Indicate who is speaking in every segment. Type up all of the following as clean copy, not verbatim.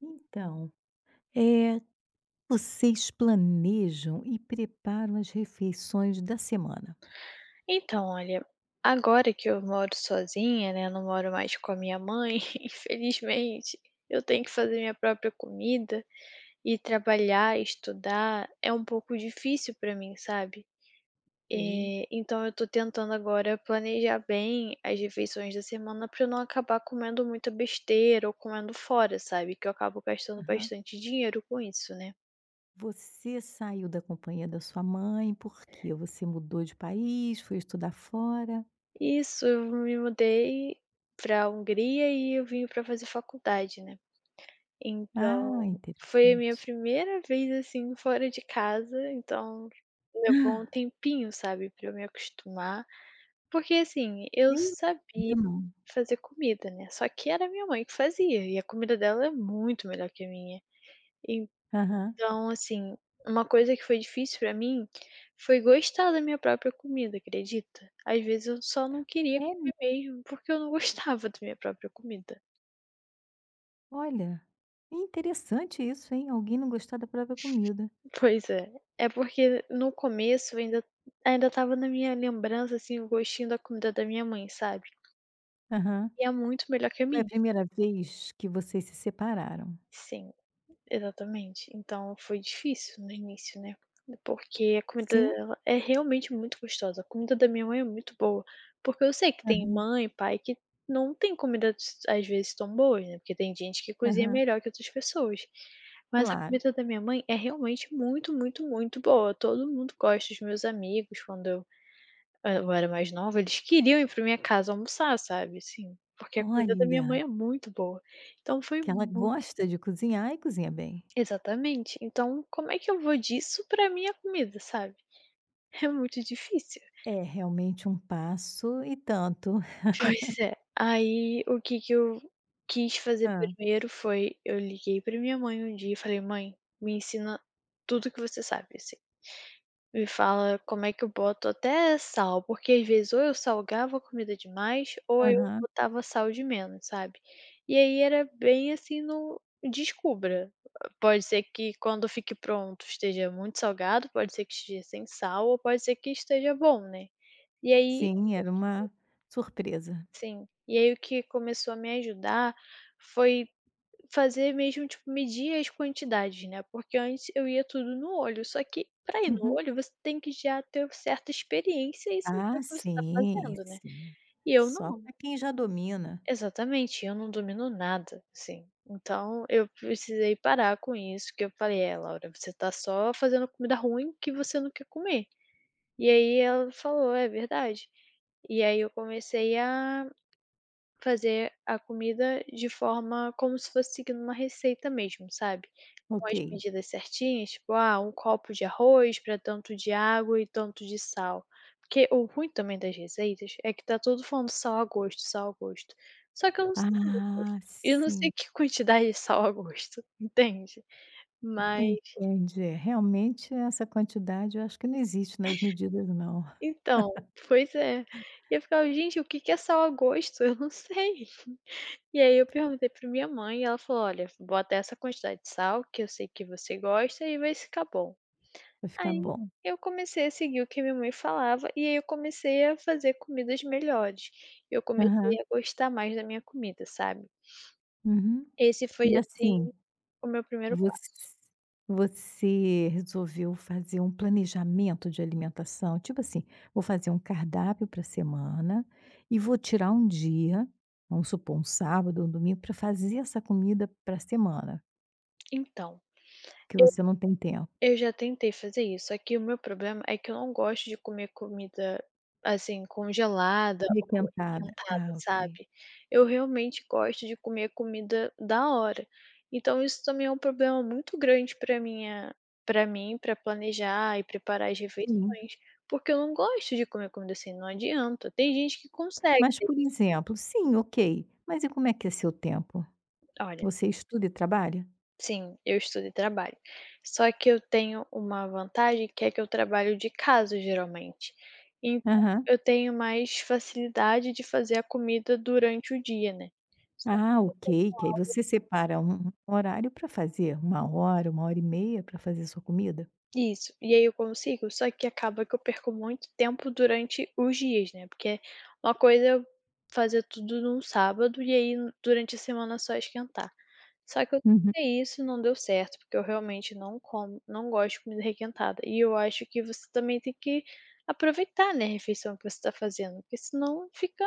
Speaker 1: Então, é vocês planejam e preparam as refeições da semana.
Speaker 2: Então, olha, agora que eu moro sozinha, né, não moro mais com a minha mãe, infelizmente, eu tenho que fazer minha própria comida e trabalhar, estudar, é um pouco difícil pra mim, sabe?
Speaker 1: Ok.
Speaker 2: Então eu tô tentando agora planejar bem as refeições da semana pra eu não acabar comendo muita besteira ou comendo fora, sabe? Que eu acabo gastando
Speaker 1: Aham.
Speaker 2: bastante dinheiro com isso, né?
Speaker 1: Você saiu da companhia da sua mãe, por quê? Você mudou de país, foi estudar fora?
Speaker 2: Isso, eu me mudei pra Hungria e eu vim pra fazer faculdade, né?
Speaker 1: Ah,
Speaker 2: Então, foi a minha
Speaker 1: interessante.
Speaker 2: primeira vez, assim, fora de casa, então levou um tempinho, sabe, pra eu me acostumar. Porque, assim, eu sabia
Speaker 1: Eu não.
Speaker 2: fazer comida, né, só que era minha mãe que fazia, e a comida dela é muito melhor que a minha.
Speaker 1: Aham.
Speaker 2: Então, assim, uma coisa que foi difícil pra mim foi gostar da minha própria comida, acredita? Às vezes eu só não queria
Speaker 1: É,
Speaker 2: comer mesmo, porque eu não gostava da minha própria comida.
Speaker 1: olha, interessante isso, hein, alguém não gostar da própria comida.
Speaker 2: Pois é. É porque no começo ainda estava na minha lembrança, assim, o gostinho da comida da minha mãe, sabe.
Speaker 1: Aham.
Speaker 2: E é muito melhor que a
Speaker 1: Foi
Speaker 2: minha.
Speaker 1: a primeira vez que vocês se separaram?
Speaker 2: Sim, exatamente. Então foi difícil no início, né, porque a comida
Speaker 1: Sim?
Speaker 2: dela é realmente muito gostosa. A comida da minha mãe é muito boa, porque eu sei que tem
Speaker 1: Aham,
Speaker 2: mãe pai que não tem comida às vezes, tão boas, né, porque tem gente que cozinha
Speaker 1: aham,
Speaker 2: melhor que outras pessoas. Mas a
Speaker 1: claro.
Speaker 2: comida da minha mãe é realmente muito, muito, muito boa. Todo mundo gosta, os meus amigos, eu era mais nova, eles queriam ir pra minha casa almoçar, sabe, assim, porque a comida da minha
Speaker 1: Olha!
Speaker 2: mãe é muito boa. Então foi
Speaker 1: Que ela
Speaker 2: muito
Speaker 1: gosta de cozinhar e cozinha bem.
Speaker 2: Exatamente. Então como é que eu vou disso pra minha comida, sabe? É muito difícil.
Speaker 1: É realmente um passo e tanto.
Speaker 2: Pois é. Aí o que que eu quis fazer
Speaker 1: Hã.
Speaker 2: primeiro foi eu liguei pra minha mãe um dia e falei: "Mãe, me ensina tudo que você sabe, assim, me fala como é que eu boto até sal, porque às vezes ou eu salgava a comida demais ou eu
Speaker 1: Aham.
Speaker 2: botava sal de menos, sabe. E aí era bem assim no descubra. Pode ser que quando fique pronto esteja muito salgado, pode ser que esteja sem sal ou pode ser que esteja bom, né. E aí
Speaker 1: Sim, era uma surpresa.
Speaker 2: sim, e aí o que começou a me ajudar foi fazer mesmo, tipo, medir as quantidades, né, porque antes eu ia tudo no olho, só que para ir no
Speaker 1: Uhum.
Speaker 2: olho você tem que já ter certa experiência e saber o
Speaker 1: Ah,
Speaker 2: que você está
Speaker 1: sim,
Speaker 2: fazendo, né,
Speaker 1: sim.
Speaker 2: e eu
Speaker 1: Só
Speaker 2: não.
Speaker 1: para quem já domina.
Speaker 2: Exatamente, eu não domino nada, assim. Então eu precisei parar com isso, que eu falei: "É, Laura, você tá só fazendo comida ruim que você não quer comer". E aí ela falou: "É verdade". E aí eu comecei a fazer a comida de forma como se fosse seguindo uma receita mesmo, sabe. Com
Speaker 1: Ok.
Speaker 2: as medidas certinhas, tipo: "Ah, um copo de arroz para tanto de água e tanto de sal". Porque o ruim também das receitas é que tá tudo falando sal a gosto, sal a gosto. Só que eu não sei o meu gosto,
Speaker 1: Ah,
Speaker 2: e eu não sei
Speaker 1: sim.
Speaker 2: que quantidade de sal a gosto, entende. Mas
Speaker 1: Entendi. É, realmente essa quantidade eu acho que não existe nas medidas não,
Speaker 2: então, pois é. E eu ficava: "Gente, o que que é sal a gosto? Eu não sei". E aí eu perguntei pra minha mãe e ela falou: "Olha, bota essa quantidade de sal, que eu sei que você gosta, e vai ficar bom".
Speaker 1: vai ficar
Speaker 2: Aí
Speaker 1: bom.
Speaker 2: eu comecei a seguir o que minha mãe falava, e aí eu comecei a fazer comidas melhores. Eu
Speaker 1: Aham.
Speaker 2: comecei a gostar mais da minha comida, sabe.
Speaker 1: Uhum.
Speaker 2: Esse foi,
Speaker 1: E
Speaker 2: assim,
Speaker 1: assim
Speaker 2: o meu primeiro
Speaker 1: Voc
Speaker 2: passo.
Speaker 1: você resolveu fazer um planejamento de alimentação, tipo assim: "Vou fazer um cardápio pra semana e vou tirar um dia", vamos supor, um sábado ou um domingo, para fazer essa comida pra semana,
Speaker 2: Então,
Speaker 1: que você não tem tempo.
Speaker 2: eu já tentei fazer isso, só que o meu problema é que eu não gosto de comer comida, assim, congelada ou
Speaker 1: Requentada.
Speaker 2: requentada,
Speaker 1: Ah, ok.
Speaker 2: sabe. Eu realmente gosto de comer comida da hora. Então isso também é um problema muito grande para mim, para planejar e preparar as
Speaker 1: Sim.
Speaker 2: refeições, porque eu não gosto de comer comida assim, não adianta. Tem gente que consegue.
Speaker 1: Mas, por exemplo, sim, ok, mas e como é que é seu tempo?
Speaker 2: Olha,
Speaker 1: Você estuda e trabalha?
Speaker 2: sim, eu estudo e trabalho. Só que eu tenho uma vantagem que é que eu trabalho de casa geralmente, então
Speaker 1: Aham.
Speaker 2: eu tenho mais facilidade de fazer a comida durante o dia, né. Só
Speaker 1: Ah,
Speaker 2: que eu tenho
Speaker 1: ok, que aí você separa um horário para fazer, uma hora e meia para fazer sua comida?
Speaker 2: isso, e aí eu consigo, só que acaba que eu perco muito tempo durante os dias, né, porque é uma coisa é eu fazer tudo num sábado e aí durante a semana é só esquentar. Só que eu
Speaker 1: Uhum,
Speaker 2: tentei isso e não deu certo, porque eu realmente não como não gosto de comida requentada. E eu acho que você também tem que aproveitar, né, a refeição que você tá fazendo, porque senão fica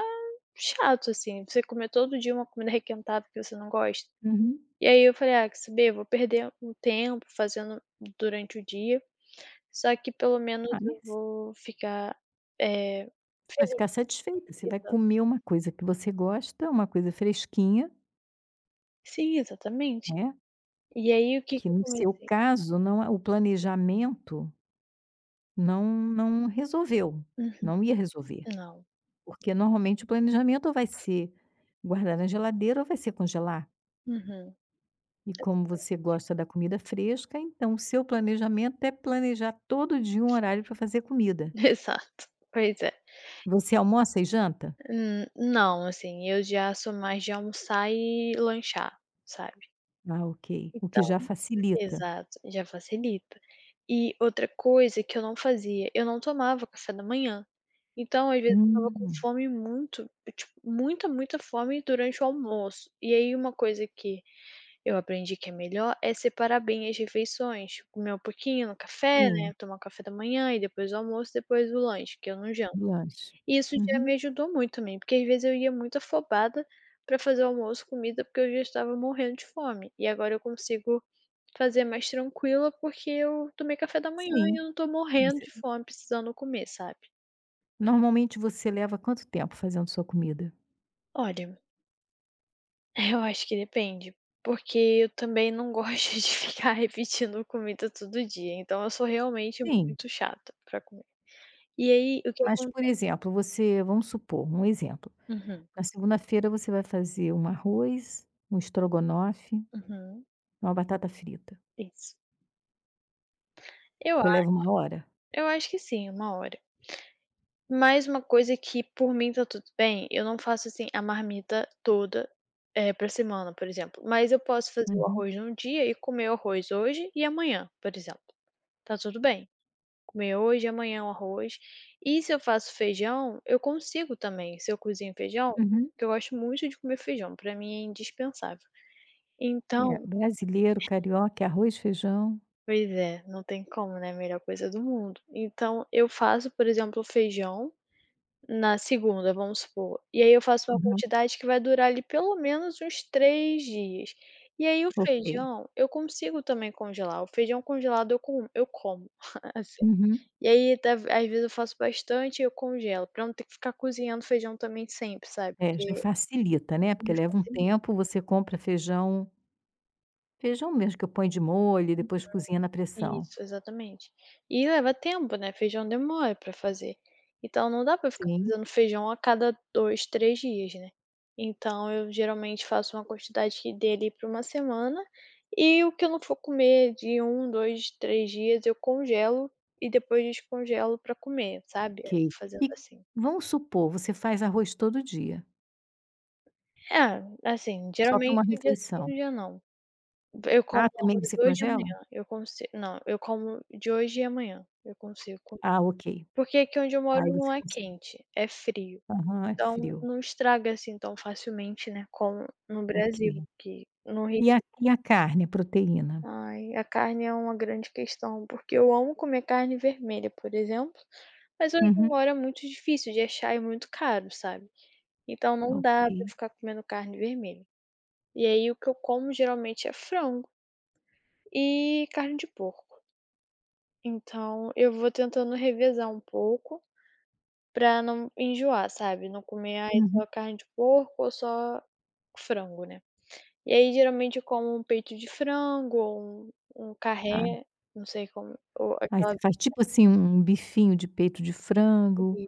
Speaker 2: chato, assim, você comer todo dia uma comida requentada que você não gosta.
Speaker 1: uhum.
Speaker 2: E aí eu falei: "Ah, quer saber? Eu vou perder um tempo fazendo durante o dia, só que pelo menos
Speaker 1: Ah,
Speaker 2: eu
Speaker 1: mas
Speaker 2: vou ficar, eh,
Speaker 1: vai
Speaker 2: feliz".
Speaker 1: ficar satisfeita, você vai
Speaker 2: Exa
Speaker 1: comer uma coisa que você gosta, uma coisa fresquinha,
Speaker 2: sim, exatamente.
Speaker 1: né,
Speaker 2: E aí o que que
Speaker 1: que
Speaker 2: eu
Speaker 1: no seu
Speaker 2: comecei?
Speaker 1: caso não a o planejamento não resolveu,
Speaker 2: Uhum.
Speaker 1: não ia resolver,
Speaker 2: Não.
Speaker 1: porque normalmente o planejamento ou vai ser guardar na geladeira ou vai ser congelar.
Speaker 2: Uhum.
Speaker 1: E como você
Speaker 2: Exatamente.
Speaker 1: gosta da comida fresca, então o seu planejamento é planejar todo dia um horário para fazer comida.
Speaker 2: Exato, pois é.
Speaker 1: Você almoça e janta?
Speaker 2: Não, assim, eu já sou mais de almoçar e lanchar, sabe.
Speaker 1: Ah, ok. O que
Speaker 2: Então
Speaker 1: já facilita.
Speaker 2: exato, já facilita. E outra coisa que eu não fazia, eu não tomava café da manhã. Então, às vezes, eu ficava com
Speaker 1: Hum,
Speaker 2: fome muito, tipo, muita, muita fome durante o almoço. E aí uma coisa que eu aprendi que é melhor é separar bem as refeições, comer um pouquinho no café,
Speaker 1: sim,
Speaker 2: né, tomar o café da manhã e depois o almoço, depois o lanche, que eu não janto.
Speaker 1: lanche.
Speaker 2: E isso já me
Speaker 1: Uhum,
Speaker 2: ajudou muito também, porque às vezes eu ia muito afobada pra fazer almoço, comida, porque eu já estava morrendo de fome. E agora eu consigo fazer mais tranquila, porque eu tomei café da manhã e eu
Speaker 1: sim.
Speaker 2: não tô morrendo
Speaker 1: Você-
Speaker 2: de fome, precisando comer, sabe.
Speaker 1: Normalmente você leva quanto tempo fazendo sua comida?
Speaker 2: Olha, eu acho que depende, porque eu também não gosto de ficar repetindo comida todo dia, então eu sou realmente
Speaker 1: Sim,
Speaker 2: muito chata pra comer. E aí, o que
Speaker 1: mas
Speaker 2: acon
Speaker 1: por exemplo, você, vamos supor, um exemplo.
Speaker 2: uhum,
Speaker 1: Na segunda-feira você vai fazer um arroz, um estrogonofe,
Speaker 2: uhum,
Speaker 1: uma batata frita.
Speaker 2: isso. Eu a
Speaker 1: Você leva uma hora?
Speaker 2: eu acho que sim, uma hora. Mais uma coisa que por mim tá tudo bem, eu não faço, assim, a marmita toda, pra semana, por exemplo, mas eu posso fazer o
Speaker 1: Uhum.
Speaker 2: arroz num dia e comer o arroz hoje e amanhã, por exemplo, tá tudo bem. Comer hoje e amanhã o arroz. E se eu faço feijão, eu consigo também, se eu cozinho feijão,
Speaker 1: Uhum.
Speaker 2: porque eu gosto muito de comer feijão, pra mim é indispensável.
Speaker 1: É,
Speaker 2: Então
Speaker 1: brasileiro, carioca, é arroz, feijão.
Speaker 2: pois é, não tem como, né, a melhor coisa do mundo. Então eu faço, por exemplo, feijão na segunda, vamos supor. E aí eu faço uma
Speaker 1: Uhum.
Speaker 2: quantidade que vai durar ali pelo menos uns 3 dias. E aí o
Speaker 1: Ok.
Speaker 2: feijão, eu consigo também congelar. O feijão congelado eu como, assim.
Speaker 1: Uhum.
Speaker 2: E aí tá às vezes eu faço bastante e eu congelo, pra não ter que ficar cozinhando feijão também sempre, sabe,
Speaker 1: É, já
Speaker 2: porque
Speaker 1: facilita, né,
Speaker 2: me
Speaker 1: porque leva um
Speaker 2: facilita.
Speaker 1: tempo, você compra feijão mesmo que eu ponho de molho e depois cozinha na pressão.
Speaker 2: Isso, exatamente. E leva tempo, né, feijão demora pra fazer. Então não dá pra ficar
Speaker 1: Sim.
Speaker 2: fazendo feijão a cada 2, 3 dias, né. Então eu geralmente faço uma quantidade que dê ali pra uma semana, e o que eu não for comer de um, 2, 3 dias eu congelo e depois descongelo pra comer, sabe. Eu
Speaker 1: Ok.
Speaker 2: vou fazendo
Speaker 1: E
Speaker 2: assim.
Speaker 1: vamos supor, você faz arroz todo dia,
Speaker 2: É, assim,
Speaker 1: só para
Speaker 2: geralmente
Speaker 1: uma
Speaker 2: um dia sim,
Speaker 1: refeição.
Speaker 2: um dia não. Eu como
Speaker 1: Ah, também
Speaker 2: arroz
Speaker 1: você
Speaker 2: hoje e
Speaker 1: congela?
Speaker 2: amanhã, eu consi não, eu como de hoje e amanhã, eu consigo.
Speaker 1: Ah, ok.
Speaker 2: Porque aqui onde eu moro
Speaker 1: Aí você
Speaker 2: não é
Speaker 1: consegue,
Speaker 2: quente, é frio,
Speaker 1: aham, é
Speaker 2: então
Speaker 1: frio.
Speaker 2: não estraga assim tão facilmente, né, como no
Speaker 1: Ok.
Speaker 2: Brasil, que no Rio.
Speaker 1: E a e a carne, a proteína?
Speaker 2: Ai, a carne é uma grande questão, porque eu amo comer carne vermelha, por exemplo, mas onde eu
Speaker 1: Uhum.
Speaker 2: moro é muito difícil de achar e muito caro, sabe. Então não dá
Speaker 1: Ok.
Speaker 2: pra eu ficar comendo carne vermelha. E aí o que eu como geralmente é frango e carne de porco. Então eu vou tentando revezar um pouco pra não enjoar, sabe, não comer, ai,
Speaker 1: Uhum.
Speaker 2: só carne de porco ou só frango, né. E aí geralmente eu como um peito de frango ou um um
Speaker 1: Tá.
Speaker 2: carré, não sei como, ou
Speaker 1: Aí você
Speaker 2: aquela
Speaker 1: faz tipo assim um bifinho de peito de frango,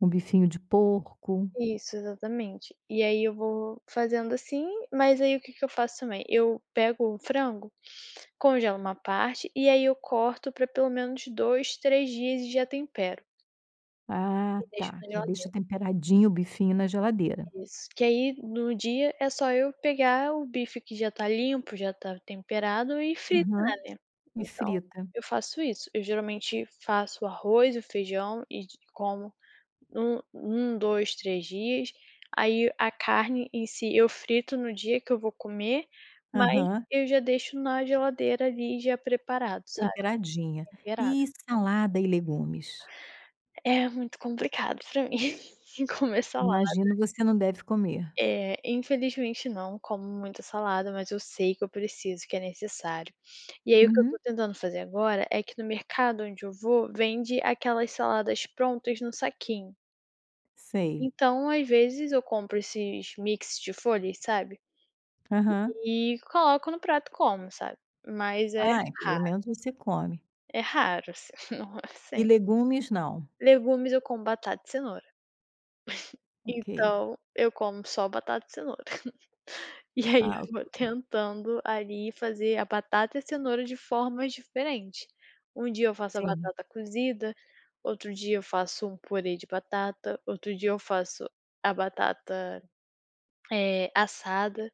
Speaker 1: um bifinho de porco.
Speaker 2: Isso, exatamente. E aí eu vou fazendo assim, mas aí o que que eu faço também, eu pego o frango, congelo uma parte e aí eu corto pra pelo menos 2, 3 dias e já tempero
Speaker 1: Ah,
Speaker 2: e deixo
Speaker 1: tá,
Speaker 2: na
Speaker 1: já deixa
Speaker 2: geladeira.
Speaker 1: temperadinho o bifinho na geladeira.
Speaker 2: Isso, que aí no dia é só eu pegar o bife que já tá limpo, já tá temperado e fritar,
Speaker 1: Aham.
Speaker 2: né.
Speaker 1: E
Speaker 2: Então,
Speaker 1: frita.
Speaker 2: eu faço isso. Eu geralmente faço arroz, o feijão e de como um, 2, 3 dias. Aí a carne em si eu frito no dia que eu vou comer, mas
Speaker 1: Aham.
Speaker 2: eu já deixo na geladeira ali já preparado, sabe,
Speaker 1: Temperadinha.
Speaker 2: temperado.
Speaker 1: E
Speaker 2: Então,
Speaker 1: salada e legumes?
Speaker 2: é muito complicado pra mim comer salada.
Speaker 1: Imagino você não deve comer.
Speaker 2: É, infelizmente não como muita salada, mas eu sei que eu preciso, que é necessário. E aí o que eu tô
Speaker 1: Uhum.
Speaker 2: tentando fazer agora é que no mercado onde eu vou, vende aquelas saladas prontas no saquinho.
Speaker 1: Sei.
Speaker 2: Então, às vezes eu compro esses mix de folhas, sabe,
Speaker 1: Aham.
Speaker 2: e coloco no prato e como, sabe. Mas
Speaker 1: Ai, pelo
Speaker 2: raro,
Speaker 1: menos você come.
Speaker 2: é raro assim, não é
Speaker 1: E
Speaker 2: sempre.
Speaker 1: legumes não?
Speaker 2: Legumes eu como batata e cenoura,
Speaker 1: Ok.
Speaker 2: então eu como só batata e cenoura. E aí
Speaker 1: Ah,
Speaker 2: eu vou
Speaker 1: ok.
Speaker 2: tentando ali fazer a batata e a cenoura de formas diferentes. Um dia eu faço a
Speaker 1: Sim.
Speaker 2: batata cozida, outro dia eu faço um purê de batata, outro dia eu faço a batata, assada,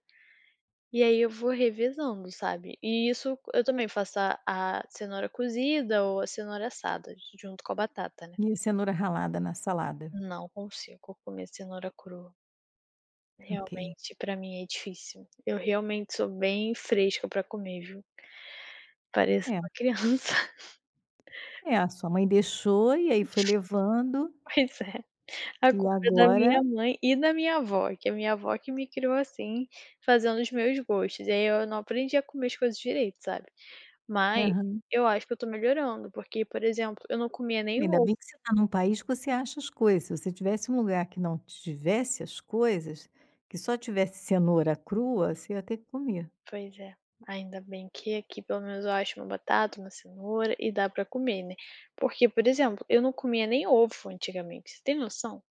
Speaker 2: e aí eu vou revezando, sabe. E isso eu também faço a cenoura cozida ou a cenoura assada junto com a batata, né.
Speaker 1: E a cenoura ralada na salada?
Speaker 2: Não consigo comer cenoura crua,
Speaker 1: Ok.
Speaker 2: realmente pra mim é difícil. Eu realmente sou bem fresca pra comer, viu. Pareço
Speaker 1: É.
Speaker 2: uma criança.
Speaker 1: É, a sua mãe deixou e aí foi levando,
Speaker 2: Pois é, a
Speaker 1: e
Speaker 2: culpa é da
Speaker 1: agora
Speaker 2: minha mãe e da minha avó, que é a minha avó que me criou assim, fazendo os meus gostos, e aí eu não aprendi a comer as coisas direito, sabe. Mas
Speaker 1: aham.
Speaker 2: eu acho que eu tô melhorando, porque, por exemplo, eu não comia nem
Speaker 1: Ainda
Speaker 2: ovo.
Speaker 1: bem que você está num país que você acha as coisas, se você tivesse um lugar que não tivesse as coisas, que só tivesse cenoura crua, você ia ter que comer.
Speaker 2: Pois é, ainda bem que aqui pelo menos eu acho uma batata, uma cenoura e dá pra comer, né. Porque, por exemplo, eu não comia nem ovo antigamente, você tem noção?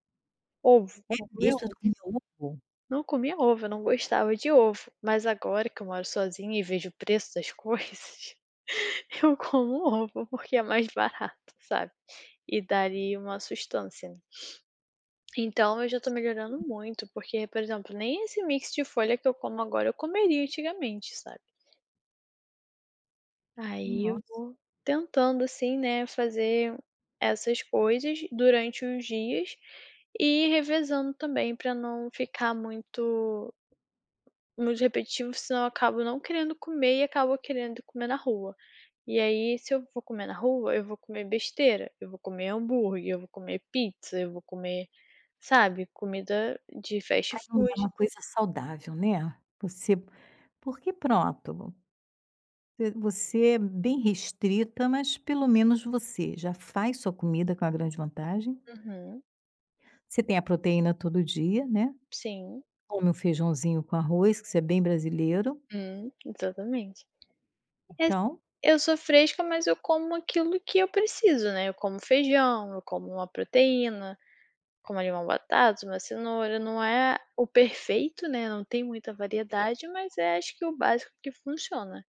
Speaker 2: Ovo,
Speaker 1: É
Speaker 2: não comia.
Speaker 1: mesmo? Eu comia ovo?
Speaker 2: Não comia ovo, eu não gostava de ovo, mas agora que eu moro sozinha e vejo o preço das coisas, eu como ovo porque é mais barato, sabe. E daria uma sustância, né? Então eu já tô melhorando muito, porque, por exemplo, nem esse mix de folha que eu como agora eu comeria antigamente, sabe. Aí eu
Speaker 1: Nossa.
Speaker 2: vou tentando, assim, né, fazer essas coisas durante os dias e revezando também pra não ficar muito repetitivo, senão eu acabo não querendo comer e acabo querendo comer na rua. E aí, se eu vou comer na rua, eu vou comer besteira, eu vou comer hambúrguer, eu vou comer pizza, eu vou comer, sabe, comida de fast
Speaker 1: Aí não
Speaker 2: food.
Speaker 1: é uma coisa saudável, né. Você porque pronto, v Você é bem restrita, mas pelo menos você já faz sua comida, com a grande vantagem.
Speaker 2: Uhum,
Speaker 1: Você tem a proteína todo dia, né.
Speaker 2: sim,
Speaker 1: Come o feijãozinho com arroz, que isso é bem brasileiro.
Speaker 2: exatamente. É assim,
Speaker 1: Então,
Speaker 2: eu sou fresca, mas eu como aquilo que eu preciso, né? Eu como feijão, eu como uma proteína, como ali, uma batata, uma cenoura, não é o perfeito, né, não tem muita variedade, mas é acho que o básico que funciona.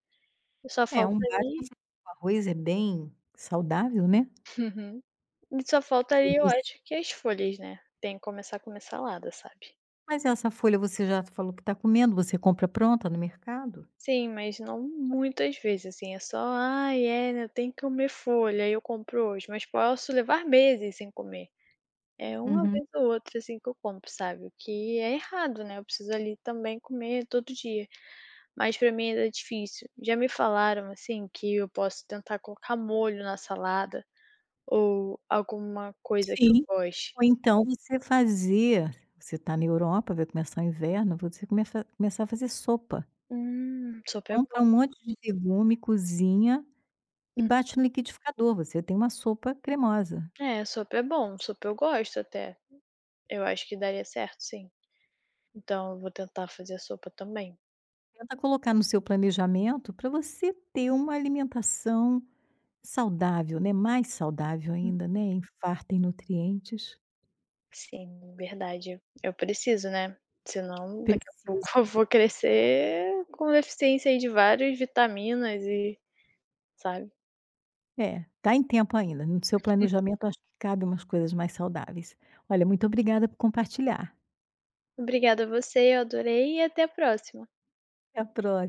Speaker 2: Só
Speaker 1: é
Speaker 2: falta
Speaker 1: um básico, um
Speaker 2: ali.
Speaker 1: feijão com arroz é bem saudável, né.
Speaker 2: Uhum. E só falta
Speaker 1: E
Speaker 2: ali, eu
Speaker 1: você
Speaker 2: acho que as folhas, né, tem que começar a comer salada, sabe.
Speaker 1: Mas essa folha você já falou que está comendo, você compra pronta no mercado?
Speaker 2: Sim, mas não muitas vezes, assim, é só: "Ai, é, né, tem que comer folha, eu compro hoje", mas posso levar meses sem comer. É uma
Speaker 1: Uhum.
Speaker 2: vez ou outra, assim, que eu compro, sabe, o que é errado, né, eu preciso ali também comer todo dia. Mas para mim ainda é difícil. Já me falaram, assim, que eu posso tentar colocar molho na salada ou alguma coisa que eu
Speaker 1: Sim.
Speaker 2: goste.
Speaker 1: Ou então você fazer Você está na Europa, vai começar o inverno, você começa começar a fazer sopa.
Speaker 2: Sopa é
Speaker 1: Compra
Speaker 2: bom.
Speaker 1: um monte de legume, cozinha e
Speaker 2: Hum.
Speaker 1: bate no liquidificador, você tem uma sopa cremosa.
Speaker 2: É, sopa é bom, sopa eu gosto até. Eu acho que daria certo, sim. Então eu vou tentar fazer sopa também.
Speaker 1: Tenta colocar no seu planejamento para você ter uma alimentação saudável, né, mais saudável
Speaker 2: Hum.
Speaker 1: ainda, né, em nutrientes,
Speaker 2: Sim, verdade. Eu preciso, né, senão daqui a pouco
Speaker 1: precisa.
Speaker 2: eu vou crescer com deficiência aí de várias vitaminas e sabe.
Speaker 1: É, tá em tempo ainda, no seu planejamento acho que cabe umas coisas mais saudáveis. Olha, muito obrigada por compartilhar.
Speaker 2: Obrigada a você, eu adorei e até a próxima.
Speaker 1: Até a pró